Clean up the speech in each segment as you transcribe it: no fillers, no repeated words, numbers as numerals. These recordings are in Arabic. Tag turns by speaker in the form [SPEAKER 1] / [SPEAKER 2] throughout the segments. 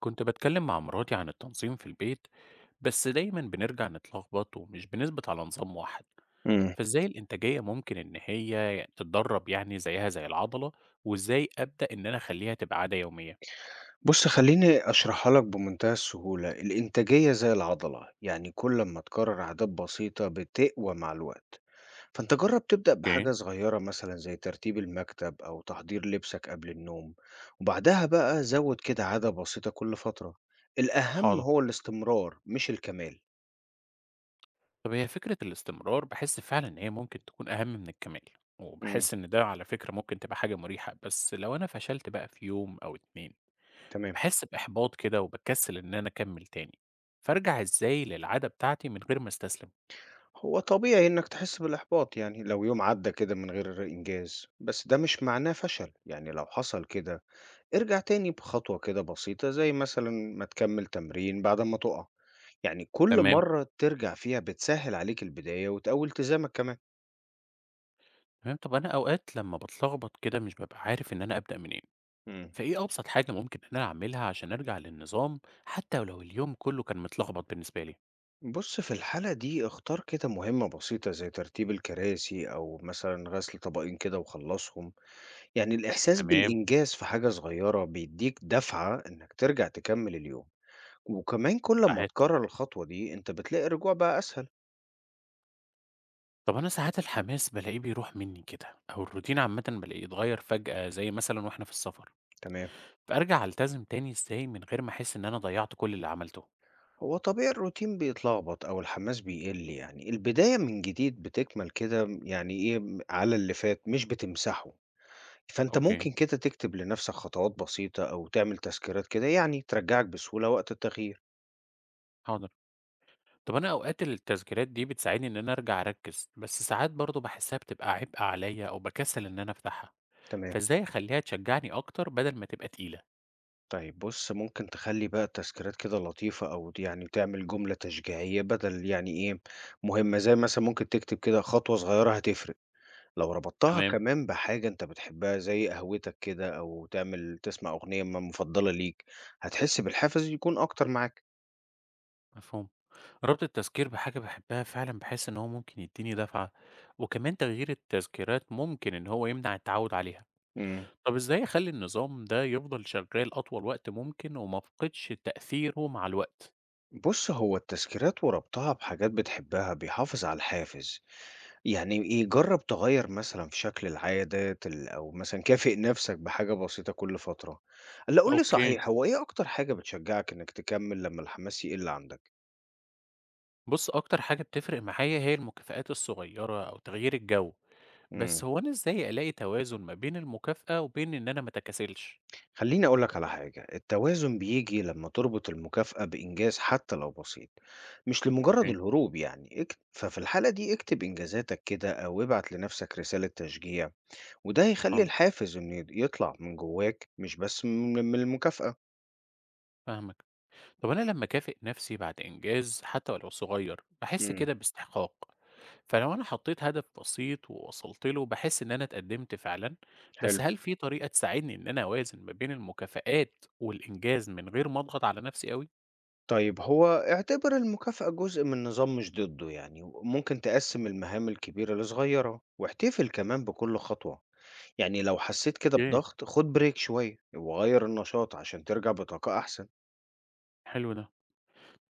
[SPEAKER 1] كنت بتكلم مع مراتي عن التنظيم في البيت، بس دايما بنرجع نتلخبط ومش بنثبت على نظام واحد.
[SPEAKER 2] إمم.
[SPEAKER 1] فازاي الانتاجية ممكن ان هي تتدرب، يعني زيها زي العضلة؟ وازاي ابدأ ان انا اخليها تبقى عادة يومية؟
[SPEAKER 2] بُص خلّيني أشرحها لك بمنتهى السهولة، الإنتاجية زي العضلة، يعني كل أمّا تكرّر عادات بسيطة بتقوى مع الوقت، فأنت جرّب تبدأ
[SPEAKER 1] اوكي.
[SPEAKER 2] بحاجة صغيرة مثلًا زي ترتيب المكتب أو تحضير لبسك قبل النوم، وبعدها بقى زوّد كده عادة بسيطة كل فترة، الأهم
[SPEAKER 1] حاضر.
[SPEAKER 2] هو الاستمرار مش الكمال.
[SPEAKER 1] طب هي فكرة الاستمرار بحس فعلا ان هي ممكن تكون اهم من الكمال،
[SPEAKER 2] إمم،
[SPEAKER 1] وبحس ان ده على فكرة ممكن تبقى حاجة مريحة، بس لو انا فشلت بقى في يوم او اتنين
[SPEAKER 2] تمام.
[SPEAKER 1] بحس باحباط كده وبكسل ان انا اكمل تاني. فارجع ازاي للعادة بتاعتي من غير ما استسلم؟
[SPEAKER 2] هو طبيعي إنك تحس بالإحباط يعني لو يوم عدّى كده من غير إنجاز، بس ده مش معناه فشل، يعني لو حصل كده ارجع تاني بخطوة كده بسيطة زي مثلا ما تكمل تمرين بعد ما تقع، يعني كل
[SPEAKER 1] تمام.
[SPEAKER 2] مرة ترجع فيها بتسهل عليك البداية وتقوي التزامك كمان.
[SPEAKER 1] تمام، طب أنا أوقات لمّا باتلخبط كده مش بابقى عارف إن أنا أبدأ منين،
[SPEAKER 2] مم.
[SPEAKER 1] فإيه أبسط حاجة ممكن إن أنا أعملها عشان أرجع للنظام حتى ولو اليوم كله كان متلخبط بالنسبة لي؟
[SPEAKER 2] بص في الحالة دي اختار كده مهمة بسيطة زي ترتيب الكراسي أو مثلا غسل طبقين كده وخلصهم، يعني الإحساس
[SPEAKER 1] تمام.
[SPEAKER 2] بالإنجاز في حاجة صغيرة بيديك دفعة إنك ترجع تكمل اليوم. وكمان كل ما
[SPEAKER 1] صحيح.
[SPEAKER 2] تكرر الخطوة دي أنت بتلاقي الرجوع بقى أسهل.
[SPEAKER 1] طب أنا ساعات الحماس بالاقيه بيروح مني كده، أو الروتين عامةً بالاقيه اتغير فجأة زي مثلًا وإحنا في السفر،
[SPEAKER 2] تمام.
[SPEAKER 1] فأرجع ألتزم تاني إزاي من غير ما أحس إن أنا ضيعت كل اللي عملته؟
[SPEAKER 2] هو طبيعي الروتين بيتلخبط أو الحماس بيقل، يعني البداية من جديد بتكمل كده يعني إيه على اللي فات مش بتمسحه، فأنت
[SPEAKER 1] اوكي.
[SPEAKER 2] ممكن كده تكتب لنفسك خطوات بسيطة أو تعمل تذكيرات كده يعني ترجعك بسهولة وقت التغيير.
[SPEAKER 1] حاضر، طب أنا أوقات التذكيرات دي بتساعدني إن أنا أرجع أركز، بس ساعات برضه باحسها بتبقى عبء عليا أو بكسل إن أنا أفتحها،
[SPEAKER 2] تمام.
[SPEAKER 1] فإزاي أخلّيها تشجّعني أكتر بدل ما تبقى تقيلة؟
[SPEAKER 2] طيب بص ممكن تخلي بقى التذكيرات كده لطيفة أو يعني تعمل جملة تشجيعية بدل يعني إيه مهمة، زي مثلا ممكن تكتب كده خطوة صغيرة هتفرق. لو ربطتها
[SPEAKER 1] تمام.
[SPEAKER 2] كمان بحاجة أنت بتحبها زي قهوتك كده أو تعمل تسمع أغنية مفضلة ليك هتحس بالحافز يكون أكتر معاك.
[SPEAKER 1] مفهوم. ربط التذكير بحاجة باحبها فعلًا باحس إن هو ممكن يدّيني دفعة، وكمان تغيير التذكيرات ممكن إن هو يمنع التعوّد عليها.
[SPEAKER 2] مم.
[SPEAKER 1] طب إزاي أخلّي النظام ده يفضل شغّال أطول وقت ممكن وما أفقدش تأثيره مع الوقت؟
[SPEAKER 2] بص هو التذكيرات وربطها بحاجات بتحبها بيحافظ على الحافز، يعني إيه جرب تغير مثلا في شكل العادات أو مثلا كافئ نفسك بحاجة بسيطة كل فترة. لا قول لي
[SPEAKER 1] أوكي.
[SPEAKER 2] صحيح، هو إيه أكتر حاجة بتشجعك إنك تكمل لما الحماس يقل عندك؟
[SPEAKER 1] بُص، أكتر حاجة بتفرق معايا هي المكافآت الصغيّرة أو تغيير الجَو، بس
[SPEAKER 2] مم.
[SPEAKER 1] هو أنا إزاي ألاقي توازن ما بين المكافأة وبين إن أنا ما أتكاسلش؟
[SPEAKER 2] خليني أقول لك على حاجة، التوازن بيجي لما تربط المكافأة بإنجاز حتى لو بسيط مش لمجرد
[SPEAKER 1] أوكي.
[SPEAKER 2] الهروب، يعني ففي الحالة دي اكتب إنجازاتك كده أو ابعت لنفسك رسالة تشجيع، وده هيخلي
[SPEAKER 1] حاضر،
[SPEAKER 2] الحافز إنه يطلع من جواك مش بس من المكافأة.
[SPEAKER 1] فاهمك. طب أنا لما أكافئ نفسي بعد إنجاز حتى ولو صغير بحس
[SPEAKER 2] امم
[SPEAKER 1] كده باستحقاق، فلو أنا حطيت هدف بسيط ووصلت له بحس إن أنا اتقدمت فعلا. بس
[SPEAKER 2] حلو.
[SPEAKER 1] هل في طريقة تساعدني إن أنا أوازن ما بين المكافآت والإنجاز من غير ما أضغط على نفسي أوي؟
[SPEAKER 2] طيب هو اعتبر المكافأة جزء من نظام مش ضده، يعني ممكن تقسم المهام الكبيرة لصغيرة واحتفل كمان بكل خطوة، يعني لو حسيت كده
[SPEAKER 1] اوكي.
[SPEAKER 2] بضغط خد بريك شوية وغير النشاط عشان ترجع بطاقة أحسن.
[SPEAKER 1] حلو ده.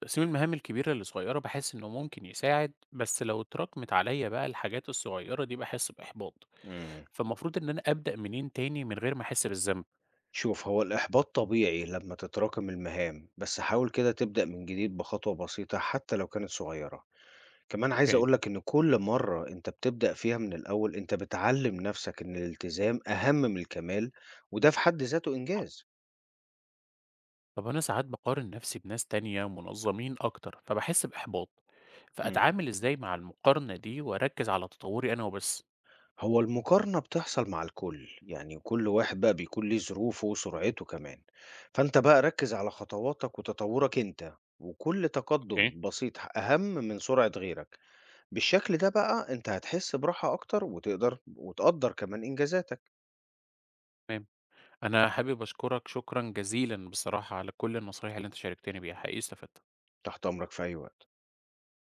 [SPEAKER 1] تقسيم المهام الكبيرة للصغيرة بحس إنه ممكن يساعد، بس لو اتراكمت عليا بقى الحاجات الصغيرة دي بحس بإحباط.
[SPEAKER 2] مم.
[SPEAKER 1] فالمفروض إن أنا أبدأ منين تاني من غير ما أحس بالذنب؟
[SPEAKER 2] شوف هو الإحباط طبيعي لما تتراكم المهام، بس حاول كده تبدأ من جديد بخطوة بسيطة حتى لو كانت صغيرة. كمان عايز
[SPEAKER 1] اوكي.
[SPEAKER 2] أقولك إن كل مرة أنت بتبدأ فيها من الأول أنت بتعلم نفسك إن الالتزام أهم من الكمال، وده في حد ذاته إنجاز.
[SPEAKER 1] طب أنا ساعات بقارن نفسي بناس تانية منظمين أكتر فبحس بإحباط،
[SPEAKER 2] مم.
[SPEAKER 1] فأتعامل إزاي مع المقارنة دي وأركز على تطوري أنا وبس؟
[SPEAKER 2] هو المقارنة بتحصل مع الكل، يعني كل واحد بقى بيكون ليه ظروفه وسرعته كمان، فانت بقى ركز على خطواتك وتطورك انت، وكل
[SPEAKER 1] اوكي.
[SPEAKER 2] تقدم بسيط أهم من سرعة غيرك. بالشكل ده بقى انت هتحس براحة أكتر وتقدر وتقدر كمان إنجازاتك.
[SPEAKER 1] تمام. أنا حابب أشكرك شكرا جزيلا بصراحة على كل النصايح اللي أنت شاركتني بيها، حقيقي استفدت.
[SPEAKER 2] تحت أمرك في أي وقت.